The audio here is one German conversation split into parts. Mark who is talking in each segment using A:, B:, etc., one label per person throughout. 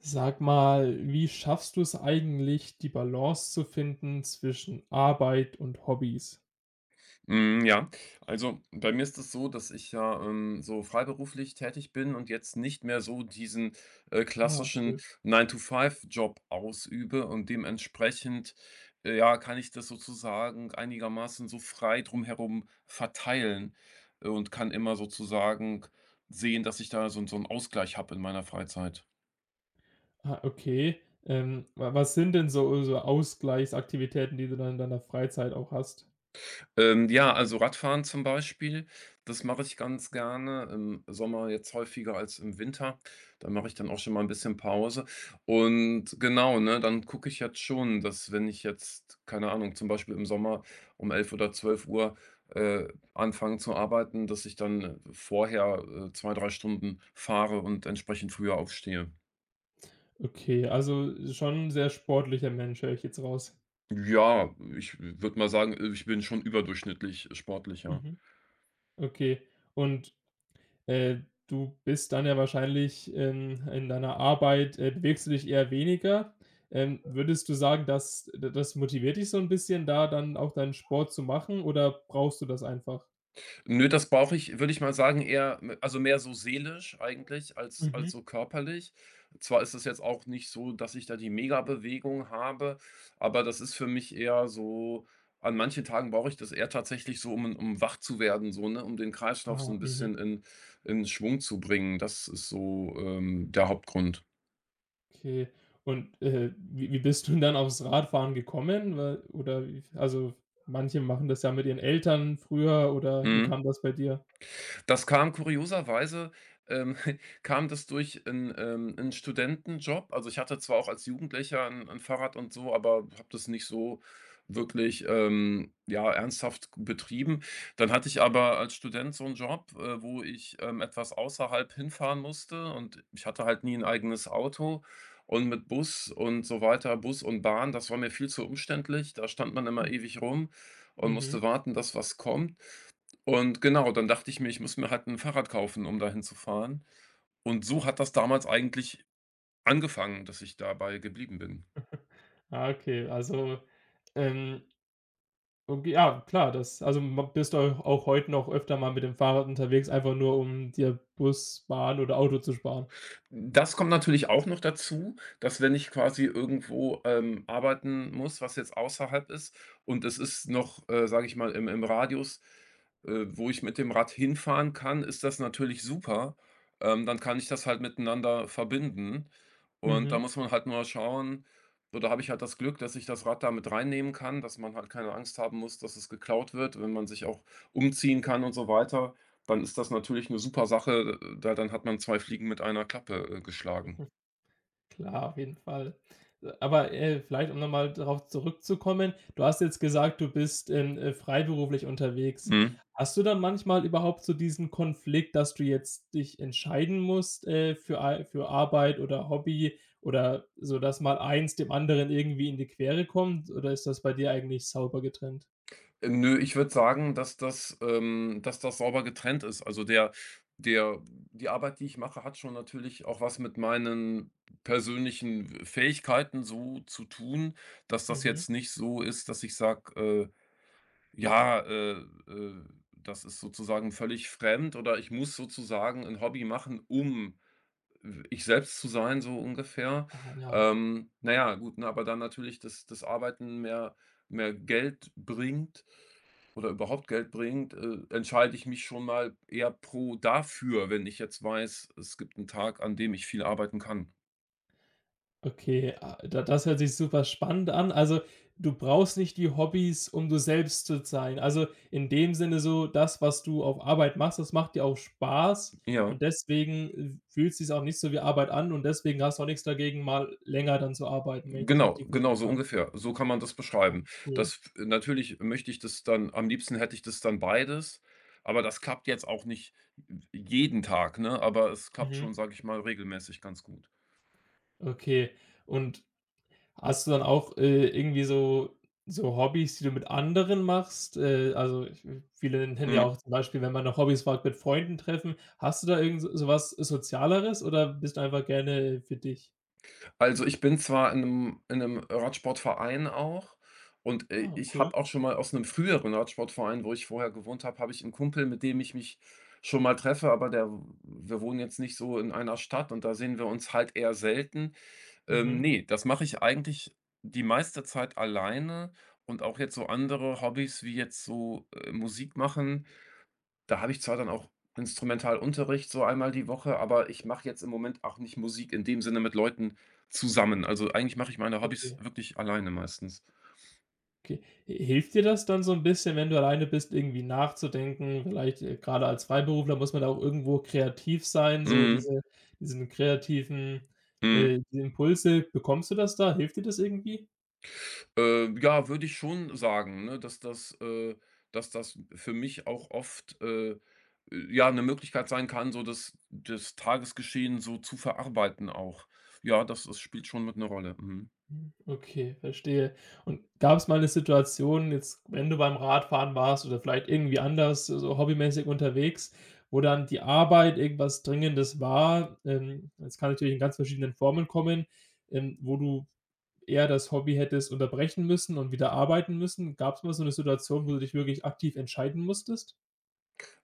A: Sag mal, wie schaffst du es eigentlich, die Balance zu finden zwischen Arbeit und Hobbys?
B: Ja, also bei mir ist es so, dass ich ja, so freiberuflich tätig bin und jetzt nicht mehr so diesen,
A: Ah,
B: klassischen
A: cool.
B: nine to five Job ausübe und dementsprechend, ja, kann ich das sozusagen einigermaßen so frei drumherum herum verteilen und kann immer sozusagen sehen, dass ich da so 'n Ausgleich habe in meiner Freizeit.
A: Ah, okay. Wa was sind denn so Ausgleichsaktivitäten, die du dann in deiner Freizeit auch hast?
B: Ja, also Radfahren zum Beispiel, das mache ich ganz gerne im Sommer, jetzt häufiger als im Winter. Da mache ich dann auch schon mal ein bisschen Pause. Und genau, ne, dann gucke ich jetzt schon, dass, wenn ich jetzt, keine Ahnung, zum Beispiel im Sommer um 11 oder 12:00 äh, anfange zu arbeiten, dass ich dann vorher 2, 3 Stunden fahre und entsprechend früher aufstehe.
A: Okay, also schon 'n sehr sportlicher Mensch höre ich jetzt raus.
B: Ja, ich würde mal sagen, ich bin schon überdurchschnittlich sportlich, ja.
A: Mhm. Okay. Und Äh, du bist dann ja wahrscheinlich, in deiner Arbeit bewegst du dich eher weniger. Würdest du sagen, dass d das motiviert dich so ein bisschen, da dann auch deinen Sport zu machen oder brauchst du das einfach?
B: Nö, das brauche ich, würde ich mal sagen, eher m also mehr so seelisch, eigentlich, als
A: Mhm.
B: so körperlich. Zwar ist es jetzt auch nicht so, dass ich da die Mega-Bewegung habe, aber das ist für mich eher so: An manchen Tagen brauche ich das eher tatsächlich so, um wach zu werden, so, ne, um den Kreislauf so
A: Ah,
B: ein
A: mhm,
B: bisschen in Schwung zu bringen. Das ist so der Hauptgrund.
A: okay. Und, wie bist du denn dann aufs Radfahren gekommen? Weil oder wie also, manche machen das ja mit ihren Eltern früher oder wie
B: Mhm.
A: kam das bei dir?
B: Das kam kurioserweise, ähm, kam das durch einen 'n Studentenjob. Also, ich hatte zwar auch als Jugendlicher ein 'n Fahrrad und so, aber habe das nicht so wirklich, ja, ernsthaft betrieben. Dann hatte ich aber als Student so einen Job wo ich etwas außerhalb hinfahren musste, und ich hatte halt nie ein eigenes Auto, und mit Bus und so weiter, Bus und Bahn, das war mir viel zu umständlich. Da stand man immer ewig rum und
A: Mhm.
B: musste warten, dass was kommt. Und genau, dann dachte ich mir, ich muss mir halt ein Fahrrad kaufen, um dahin zu fahren. Und so hat das damals eigentlich angefangen, dass ich dabei geblieben bin.
A: Ah, okay. Also, ähm okay, ja, klar, das also, ma bist du au auch heute noch öfter mal mit dem Fahrrad unterwegs, einfach nur, um dir Bus, Bahn oder Auto zu sparen.
B: Das kommt natürlich auch noch dazu, dass, wenn ich quasi irgendwo arbeiten muss, was jetzt außerhalb ist und es ist noch sage ich mal, im Radius wo ich mit dem Rad hinfahren kann, ist das natürlich super. Dann kann ich das halt miteinander verbinden und da
A: Mhm,
B: muss man halt nur schauen oder habe ich halt das Glück, dass ich das Rad da mit reinnehmen kann, dass man halt keine Angst haben muss, dass es geklaut wird, wenn man sich auch umziehen kann und so weiter. Dann ist das natürlich eine super Sache, da dann hat man 2 Fliegen mit einer Klappe geschlagen.
A: klar, auf jeden Fall. Aber, vielleicht, um noch mal darauf zurückzukommen, du hast jetzt gesagt, du bist, freiberuflich unterwegs.
B: Mhm.
A: Hast du dann manchmal überhaupt so diesen Konflikt, dass du jetzt dich entscheiden musst, für Ar für Arbeit oder Hobby oder so, dass mal eins dem anderen irgendwie in die Quere kommt, oder ist das bei dir eigentlich sauber getrennt?
B: Nö, ich würde sagen, dass das sauber getrennt ist. Also, der die Arbeit, die ich mache, hat schon natürlich auch was mit meinen persönlichen Fähigkeiten so zu tun, dass das
A: Mhm.
B: jetzt nicht so ist, dass ich sage: „Ja, äh, das ist sozusagen völlig fremd", oder ich muss sozusagen ein Hobby machen, um ich selbst zu sein, so ungefähr.
A: Ah ja,
B: Naja, gut, ne, aber dann natürlich, dass das Arbeiten mehr Geld bringt oder überhaupt Geld bringt entscheide ich mich schon mal eher pro dafür, wenn ich jetzt weiß, es gibt einen Tag, an dem ich viel arbeiten kann.
A: okay. Ah, da das hört sich super spannend an. Also, du brauchst nicht die Hobbys, um du selbst zu sein. Also, in dem Sinne so, das, was du auf Arbeit machst, das macht dir auch Spaß
B: Ja,
A: und deswegen, fühlt sich's auch nicht so wie Arbeit an und deswegen hast du auch nichts dagegen, mal länger dann zu arbeiten, wenn ich das
B: genau,
A: richtig
B: genau,
A: verstanden
B: so
A: habe.
B: ungefähr. So kann man das
A: Ah,
B: beschreiben.
A: cool.
B: Das Natürlich möchte ich das dann, am liebsten hätte ich das dann beides, aber das klappt jetzt auch nicht jeden Tag, ne? Aber es klappt schon,
A: Mhm.
B: sage ich mal, regelmäßig ganz gut.
A: Okay. Und Hast du dann auch, irgendwie so Hobbys, die du mit anderen machst? Also, ich viele nennen ja
B: Mhm.
A: auch zum Beispiel, wenn man nach Hobbys fragt, mit Freunden treffen. Hast du da irgend so was Sozialeres oder bist du einfach gerne für dich?
B: Also, ich bin zwar in 'nem Radsportverein auch, und
A: Ah,
B: ich
A: cool.
B: habe auch schon mal aus 'nem früheren Radsportverein, wo ich vorher gewohnt habe, habe ich 'n Kumpel, mit dem ich mich schon mal treffe, aber der wir wohnen jetzt nicht so in einer Stadt und da sehen wir uns halt eher selten.
A: Mhm.
B: Ne, das mache ich eigentlich die meiste Zeit alleine, und auch jetzt so andere Hobbys wie jetzt so Musik machen, da habe ich zwar dann auch Instrumentalunterricht so einmal die Woche, aber ich mache jetzt im Moment auch nicht Musik in dem Sinne mit Leuten zusammen. Also, eigentlich mache ich meine Hobbys
A: Okay,
B: wirklich alleine meistens.
A: okay. Hilft dir das dann so ein bisschen, wenn du alleine bist, irgendwie nachzudenken? Vielleicht, grade als Freiberufler muss man da auch irgendwo kreativ sein, so
B: Mhm,
A: diese diesen kreativen,
B: mhm.
A: diese Impulse. Bekommst du das da? Hilft dir das irgendwie?
B: Ja, würde ich schon sagen, ne, dass das für mich auch oft ja, eine Möglichkeit sein kann, so das das Tagesgeschehen so zu verarbeiten auch. Ja, das das spielt schon mit 'ne Rolle. Mhm.
A: Mhm, okay, verstehe. Und gab es mal eine Situation jetzt, wenn du beim Radfahren warst oder vielleicht irgendwie anders so hobbymäßig unterwegs, wo dann die Arbeit irgendwas Dringendes war, das kann natürlich in ganz verschiedenen Formen kommen, wo du eher das Hobby hättest unterbrechen müssen und wieder arbeiten müssen? Gab es mal so eine Situation, wo du dich wirklich aktiv entscheiden musstest?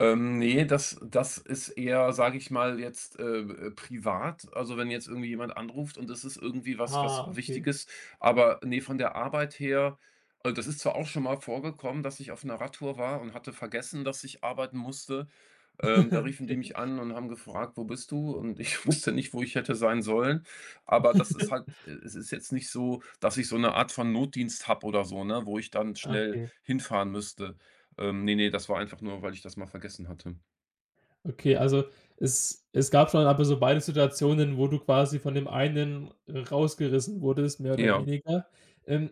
B: Ne, das das ist eher, sage ich mal, jetzt privat. Also, wenn jetzt irgendwie jemand anruft und es ist irgendwie was
A: Ah,
B: was
A: okay.
B: Wichtiges, aber nee, von der Arbeit her, also, das ist zwar auch schon mal vorgekommen, dass ich auf einer Radtour war und hatte vergessen, dass ich arbeiten musste. Da riefen die mich
A: Okay.
B: an und haben gefragt: „Wo bist du?" Und ich wusste nicht, wo ich hätte sein sollen. Aber das ist halt es ist jetzt nicht so, dass ich so eine Art von Notdienst habe oder so, ne, wo ich dann schnell
A: Okay.
B: hinfahren müsste. Ne, ne, das war einfach nur, weil ich das mal vergessen hatte.
A: Okay, also es gab schon aber so beide Situationen, wo du quasi von dem einen rausgerissen wurdest, mehr oder
B: Ja.
A: weniger. Ähm,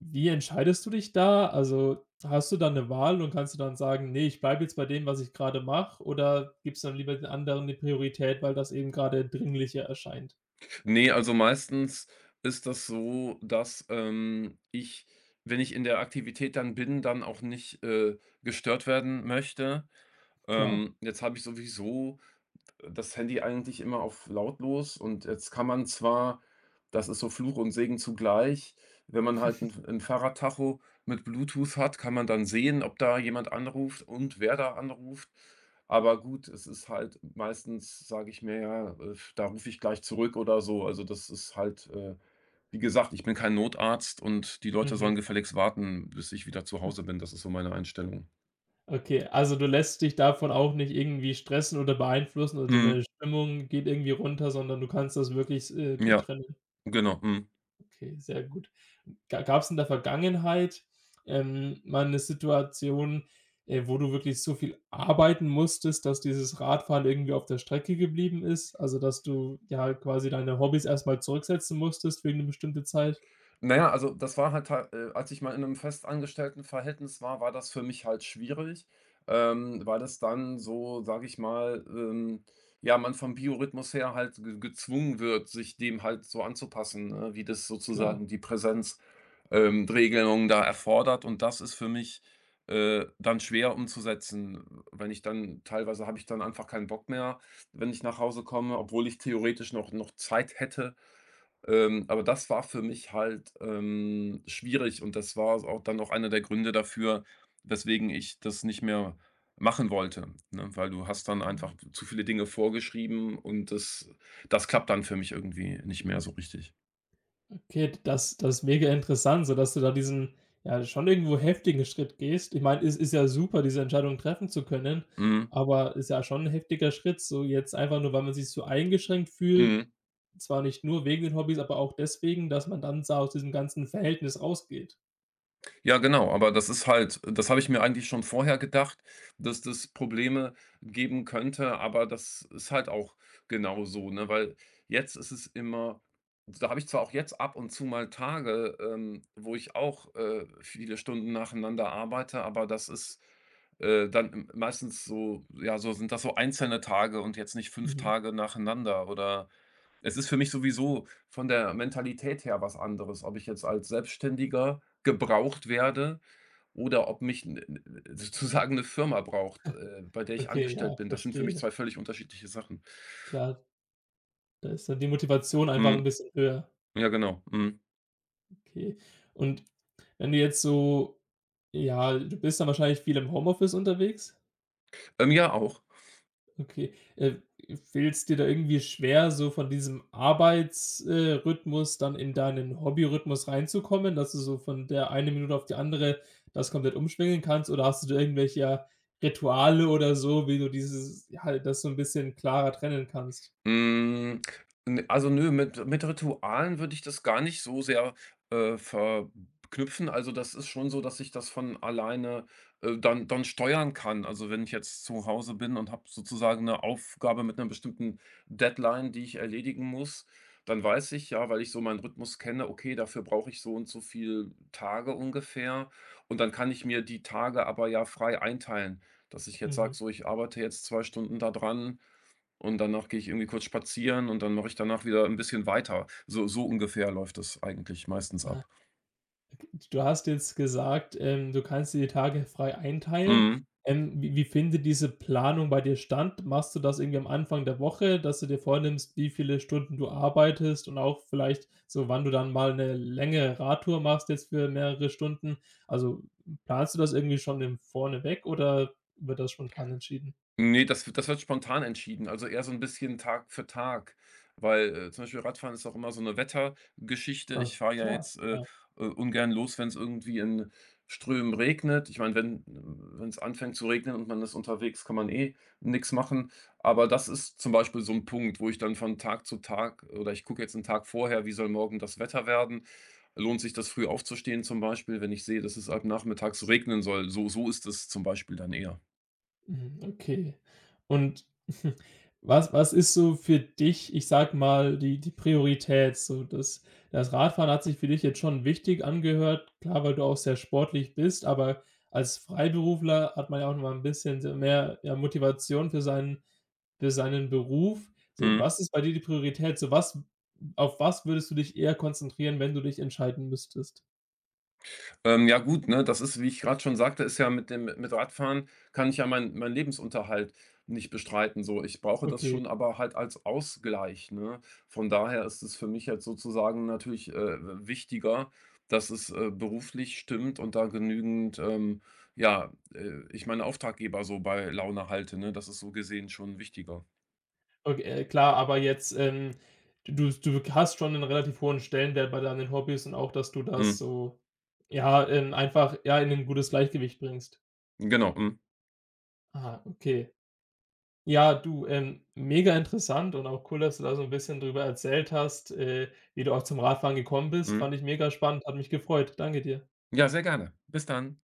A: wie entscheidest du dich da? Also, hast du da eine Wahl und kannst du dann sagen: nee, ich bleibe jetzt bei dem, was ich gerade mache“, oder gibst du dann lieber den anderen die Priorität, weil das eben gerade dringlicher erscheint?
B: Ne, also meistens ist das so, dass ich, wenn ich in der Aktivität dann bin, dann auch nicht gestört werden möchte.
A: Klar.
B: Jetzt habe ich sowieso das Handy eigentlich immer auf lautlos, und jetzt kann man zwar, das ist so Fluch und Segen zugleich, wenn man halt ein 'n Fahrradtacho mit Bluetooth hat, kann man dann sehen, ob da jemand anruft und wer da anruft. Aber gut, es ist halt meistens, sage ich mir: „Ja, da rufe ich gleich zurück" oder so. Also, das ist halt wie gesagt, ich bin kein Notarzt und die Leute
A: Mhm.
B: sollen gefälligst warten, bis ich wieder zu Hause bin. Das ist so meine Einstellung.
A: Okay, also du lässt dich davon auch nicht irgendwie stressen oder beeinflussen oder
B: Mhm.
A: deine Stimmung geht irgendwie runter, sondern du kannst das wirklich gut
B: Ja,
A: trennen.
B: genau. Mhm.
A: Okay, sehr gut. Gab es in der Vergangenheit, mal eine Situation, wo du wirklich so viel arbeiten musstest, dass dieses Radfahren irgendwie auf der Strecke geblieben ist? Also, dass du, ja, quasi deine Hobbys erstmal zurücksetzen musstest für eine bestimmte Zeit?
B: Na ja, also das war halt ta als ich mal in einem 'nem Verhältnis war, war das für mich halt schwierig weil das dann so, sage ich mal ja, man vom Biorhythmus her halt ge gezwungen wird, sich dem halt so anzupassen, ne, wie das
A: Klar.
B: sozusagen die Präsenzregelung Regelung da erfordert. Und das ist für mich dann schwer umzusetzen, wenn ich dann teilweise habe ich dann einfach keinen Bock mehr, wenn ich nach Hause komme, obwohl ich theoretisch noch Zeit hätte aber das war für mich halt schwierig, und das war auch dann auch einer der Gründe dafür, weswegen ich das nicht mehr machen wollte, ne? Weil du hast dann einfach zu viele Dinge vorgeschrieben, und das klappt dann für mich irgendwie nicht mehr so richtig.
A: Okay, das ist mega interessant, sodass du da diesen, ja, schon irgendwo heftigen Schritt gehst. Ich meine, es ist ja super, diese Entscheidung treffen zu können,
B: Mhm,
A: aber ist ja schon ein heftiger Schritt, so jetzt einfach nur, weil man sich so eingeschränkt fühlt.
B: mhm.
A: Zwar nicht nur wegen den Hobbys, aber auch deswegen, dass man dann so aus diesem ganzen Verhältnis rausgeht.
B: Ja, genau, aber das ist halt, das habe ich mir eigentlich schon vorher gedacht, dass das Probleme geben könnte, aber das ist halt auch genau so, ne? Weil jetzt ist es immer, da habe ich zwar auch jetzt ab und zu mal Tage wo ich auch viele Stunden nacheinander arbeite, aber das ist dann m meistens so, ja, so sind das so einzelne Tage und jetzt nicht fünf
A: Mhm.
B: Tage nacheinander, oder es ist für mich sowieso von der Mentalität her was anderes, ob ich jetzt als Selbstständiger gebraucht werde oder ob mich 'n 'n sozusagen eine Firma braucht bei der ich
A: Okay,
B: angestellt
A: ja,
B: bin. Das sind für mich
A: verstehe.
B: 2 völlig unterschiedliche Sachen.
A: Klar, da ist dann die Motivation einfach 'n
B: Mhm.
A: bisschen höher.
B: Ja, genau. Mhm.
A: Okay. Und wenn du jetzt so ja, du bist dann wahrscheinlich viel im Homeoffice unterwegs?
B: Ja, auch.
A: Okay. Fällt's dir da irgendwie schwer, so von diesem Arbeitsrhythmus Rhythmus dann in deinen Hobbyrhythmus reinzukommen, dass du so von der eine Minute auf die andere das komplett umschwingen kannst? Oder hast du da irgendwelche, ja, Rituale oder so, wie du dieses ja, das so ein bisschen klarer trennen kannst?
B: Hm, n Also, nö, mit Ritualen würde ich das gar nicht so sehr verknüpfen. Also, das ist schon so, dass ich das von alleine dann steuern kann. Also, wenn ich jetzt zu Hause bin und habe sozusagen eine Aufgabe mit einer bestimmten Deadline, die ich erledigen muss, dann weiß ich ja, weil ich so meinen Rhythmus kenne: „Okay, dafür brauche ich so und so viel Tage ungefähr." Und dann kann ich mir die Tage aber ja frei einteilen, dass ich jetzt sage,
A: Mhm.
B: so: „Ich arbeite jetzt 2 Stunden da dran." Und danach gehe ich irgendwie kurz spazieren und dann mache ich danach wieder ein bisschen weiter. So so ungefähr läuft es eigentlich meistens ab.
A: Du hast jetzt gesagt, du kannst dir die Tage frei einteilen.
B: Mhm.
A: Wie findet diese Planung bei dir stand? Machst du das irgendwie am Anfang der Woche, dass du dir vornimmst, wie viele Stunden du arbeitest und auch vielleicht so, wann du dann mal eine längere Radtour machst jetzt für mehrere Stunden? Also, planst du das irgendwie schon im Vorneweg oder wird das spontan entschieden?
B: Ne, das wird spontan entschieden, also eher so ein bisschen Tag für Tag, weil zum Beispiel Radfahren ist auch immer so eine Wettergeschichte.
A: Ah,
B: Ich fahre ja
A: klar.
B: jetzt ungern los, wenn es irgendwie in Strömen regnet. Ich meine, wenn es anfängt zu regnen und man ist unterwegs, kann man eh nix machen. Aber das ist zum Beispiel so ein Punkt, wo ich dann von Tag zu Tag, oder ich gucke jetzt einen Tag vorher, wie soll morgen das Wetter werden? Lohnt sich das, früh aufzustehen zum Beispiel, wenn ich sehe, dass es ab nachmittags regnen soll? So so ist es zum Beispiel dann eher.
A: Mhm, okay. Und was ist so für dich, ich sage mal, die die Priorität? So das Radfahren hat sich für dich jetzt schon wichtig angehört, klar, weil du auch sehr sportlich bist, aber als Freiberufler hat man ja auch noch mal ein bisschen so mehr, ja, Motivation für seinen Beruf. So,
B: Mhm.
A: was ist bei dir die Priorität? So was auf was würdest du dich eher konzentrieren, wenn du dich entscheiden müsstest?
B: Ja gut, ne, das ist, wie ich gerade schon sagte, ist ja, mit dem mit Radfahren kann ich ja meinen Lebensunterhalt nicht bestreiten so. Ich brauche das
A: Okay.
B: schon, aber halt als Ausgleich, ne? Von daher ist es für mich jetzt sozusagen natürlich wichtiger, dass es beruflich stimmt und da genügend ja ich meine Auftraggeber so bei Laune halte, ne? Das ist so gesehen schon wichtiger.
A: Okay, klar, aber jetzt, du hast schon 'nen relativ hohen Stellenwert bei deinen Hobbys und auch, dass du das
B: Mhm.
A: so, ja, einfach, ja, in 'nen gutes Gleichgewicht bringst.
B: Genau, mhm,
A: Ah, okay. Ja, du, mega interessant und auch cool, dass du da so 'n bisschen drüber erzählt hast, wie du auch zum Radfahren gekommen bist.
B: mhm.
A: Fand ich mega spannend, hat mich gefreut. Danke dir.
B: Ja, sehr gerne. Bis dann.